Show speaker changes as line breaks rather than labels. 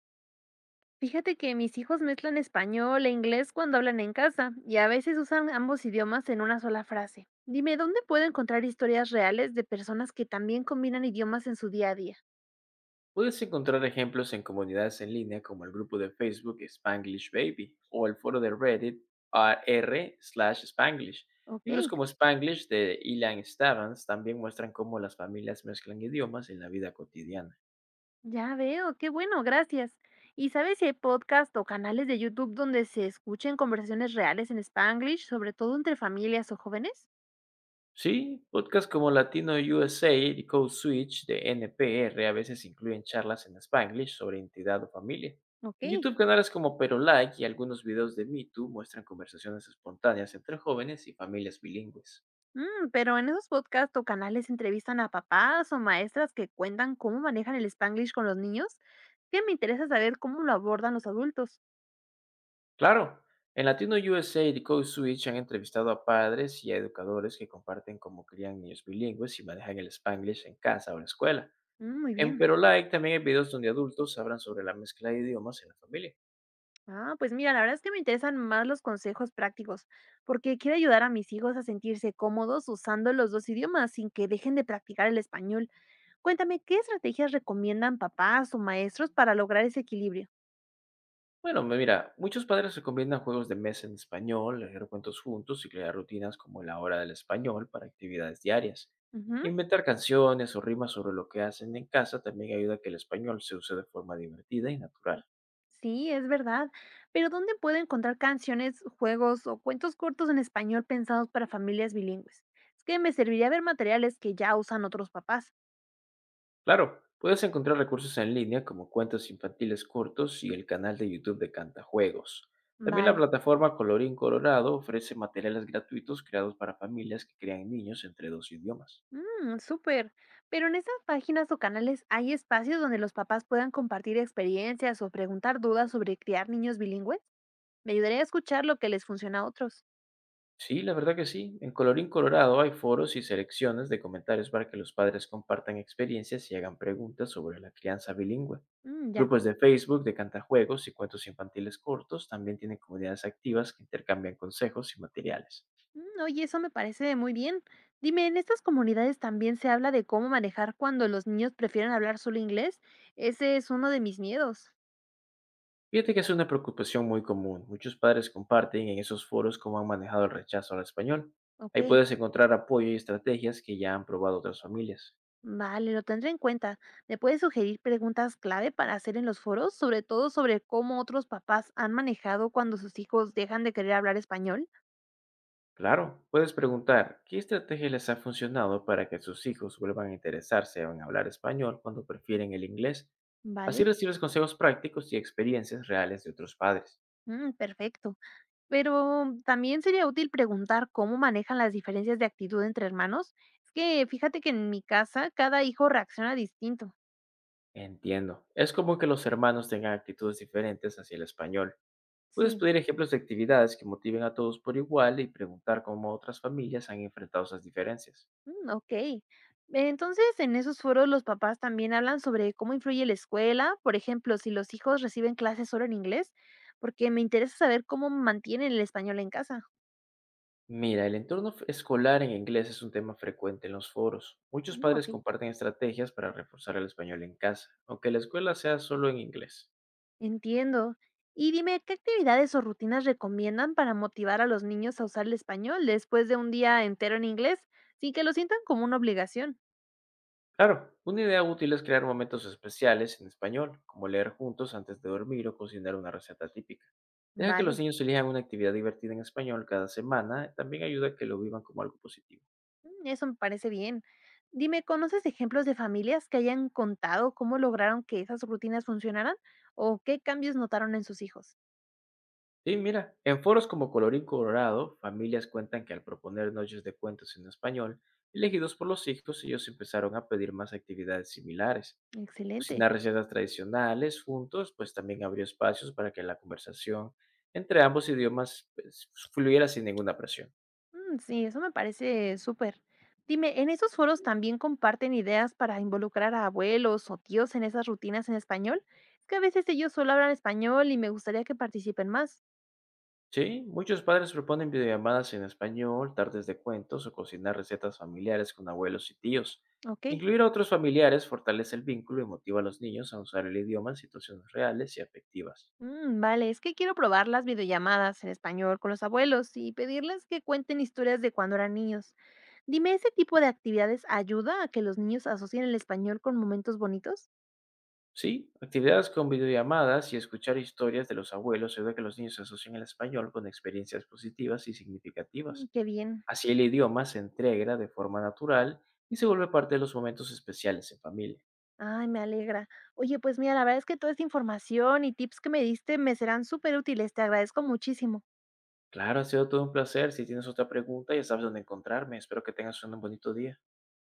Fíjate que mis hijos mezclan español e inglés cuando hablan en casa y a veces usan ambos idiomas en una sola frase. Dime, ¿dónde puedo encontrar historias reales de personas que también combinan idiomas en su día a día?
Puedes encontrar ejemplos en comunidades en línea como el grupo de Facebook Spanglish Baby o el foro de Reddit r/Spanglish.
Ok,
Libros como Spanglish de Ilan Stavans también muestran cómo las familias mezclan idiomas en la vida cotidiana.
ya veo, qué bueno, gracias. ¿Y sabes si hay podcasts o canales de YouTube donde se escuchen conversaciones reales en Spanglish, sobre todo entre familias o jóvenes?
Sí, podcasts como Latino USA y Code Switch de NPR a veces incluyen charlas en Spanglish sobre identidad o familia.
Ok.
En YouTube, canales como Perolike y algunos videos de Me Too muestran conversaciones espontáneas entre jóvenes y familias bilingües.
Pero en esos podcasts o canales entrevistan a papás o maestras que cuentan cómo manejan el Spanglish con los niños, que me interesa saber cómo lo abordan los adultos.
Claro, en Latino USA y Code Switch han entrevistado a padres y a educadores que comparten cómo crían niños bilingües y manejan el Spanglish en casa o en la escuela.
Mm, muy
En
bien.
Perolike también hay videos donde adultos hablan sobre la mezcla de idiomas en la familia.
Ah, pues mira, la verdad es que me interesan más los consejos prácticos, porque quiero ayudar a mis hijos a sentirse cómodos usando los dos idiomas sin que dejen de practicar el español. Cuéntame, ¿qué estrategias recomiendan papás o maestros para lograr ese equilibrio?
Bueno, mira, muchos padres recomiendan juegos de mesa en español, leer cuentos juntos y crear rutinas como la hora del español para actividades diarias.
Ujú.
Inventar canciones o rimas sobre lo que hacen en casa también ayuda a que el español se use de forma divertida y natural.
Sí, es verdad. Pero ¿dónde puedo encontrar canciones, juegos o cuentos cortos en español pensados para familias bilingües? Es que me serviría ver materiales que ya usan otros papás.
Claro, puedes encontrar recursos en línea como cuentos infantiles cortos y el canal de YouTube de Cantajuegos. También la
Vale.
plataforma Colorín Colorado ofrece materiales gratuitos creados para familias que crean niños entre dos idiomas.
Mmm, súper. Pero en esas páginas o canales hay espacios donde los papás puedan compartir experiencias o preguntar dudas sobre criar niños bilingües. Me ayudaría a escuchar lo que les funciona a otros.
Sí, la verdad que sí. En Colorín Colorado hay foros y selecciones de comentarios para que los padres compartan experiencias y hagan preguntas sobre la crianza bilingüe.
Mm, ya.
Grupos de Facebook de Cantajuegos y cuentos infantiles cortos también tienen comunidades activas que intercambian consejos y materiales.
Mm, oye, eso me parece muy bien. Dime, ¿en estas comunidades también se habla de cómo manejar cuando los niños prefieren hablar solo inglés? Ese es uno de mis miedos.
Fíjate que es una preocupación muy común. Muchos padres comparten en esos foros cómo han manejado el rechazo al español.
Ok,
Ahí puedes encontrar apoyo y estrategias que ya han probado otras familias.
vale, lo tendré en cuenta. ¿Me puedes sugerir preguntas clave para hacer en los foros, sobre todo sobre cómo otros papás han manejado cuando sus hijos dejan de querer hablar español?
Claro, puedes preguntar qué estrategia les ha funcionado para que sus hijos vuelvan a interesarse en hablar español cuando prefieren el inglés. Así
Vale.
recibes consejos prácticos y experiencias reales de otros padres.
Mm, perfecto. Pero también sería útil preguntar cómo manejan las diferencias de actitud entre hermanos. Es que fíjate que en mi casa cada hijo reacciona distinto.
Entiendo. Es como que los hermanos tengan actitudes diferentes hacia el español. Puedes
Sí,
pedir ejemplos de actividades que motiven a todos por igual y preguntar cómo otras familias han enfrentado esas diferencias.
mm, okey. Entonces, en esos foros los papás también hablan sobre cómo influye la escuela, por ejemplo, si los hijos reciben clases solo en inglés, porque me interesa saber cómo mantienen el español en casa.
Mira, el entorno escolar en inglés es un tema frecuente en los foros. Muchos
Mm,
padres
okey,
comparten estrategias para reforzar el español en casa, aunque la escuela sea solo en inglés.
entiendo. Y dime, ¿qué actividades o rutinas recomiendan para motivar a los niños a usar el español después de un día entero en inglés, sin que lo sientan como una obligación?
Claro, una idea útil es crear momentos especiales en español, como leer juntos antes de dormir o cocinar una receta típica. Deja que los
Vale.
niños elijan una actividad divertida en español cada semana, también ayuda a que lo vivan como algo positivo.
Mm, eso me parece bien. Dime, ¿conoces ejemplos de familias que hayan contado cómo lograron que esas rutinas funcionaran o qué cambios notaron en sus hijos?
Sí, mira, en foros como Colorín Colorado, familias cuentan que al proponer noches de cuentos en español, elegidos por los hijos, ellos empezaron a pedir más actividades similares.
Excelente.
Cocinar recetas tradicionales juntos, pues también abrió espacios para que la conversación entre ambos idiomas, pues, fluyera sin ninguna presión.
Mm, sí, eso me parece súper. Dime, ¿en esos foros también comparten ideas para involucrar a abuelos o tíos en esas rutinas en español? Es que a veces ellos solo hablan español y me gustaría que participen más.
Sí, muchos padres proponen videollamadas en español, tardes de cuentos o cocinar recetas familiares con abuelos y tíos.
Ok.
Incluir a otros familiares fortalece el vínculo y motiva a los niños a usar el idioma en situaciones reales y afectivas.
Mm, vale, es que quiero probar las videollamadas en español con los abuelos y pedirles que cuenten historias de cuando eran niños. Dime, ¿ese tipo de actividades ayuda a que los niños asocien el español con momentos bonitos?
Sí, actividades con videollamadas y escuchar historias de los abuelos ayuda a que los niños asocien el español con experiencias positivas y
Mm,
significativas.
qué bien.
Así el idioma se entrega de forma natural y se vuelve parte de los momentos especiales en familia.
Ay, me alegra. Oye, pues mira, la verdad es que toda esta información y tips que me diste me serán súper útiles. Te agradezco muchísimo.
Claro, ha sido todo un placer. Si tienes otra pregunta, ya sabes dónde encontrarme. Espero que tengas un bonito día.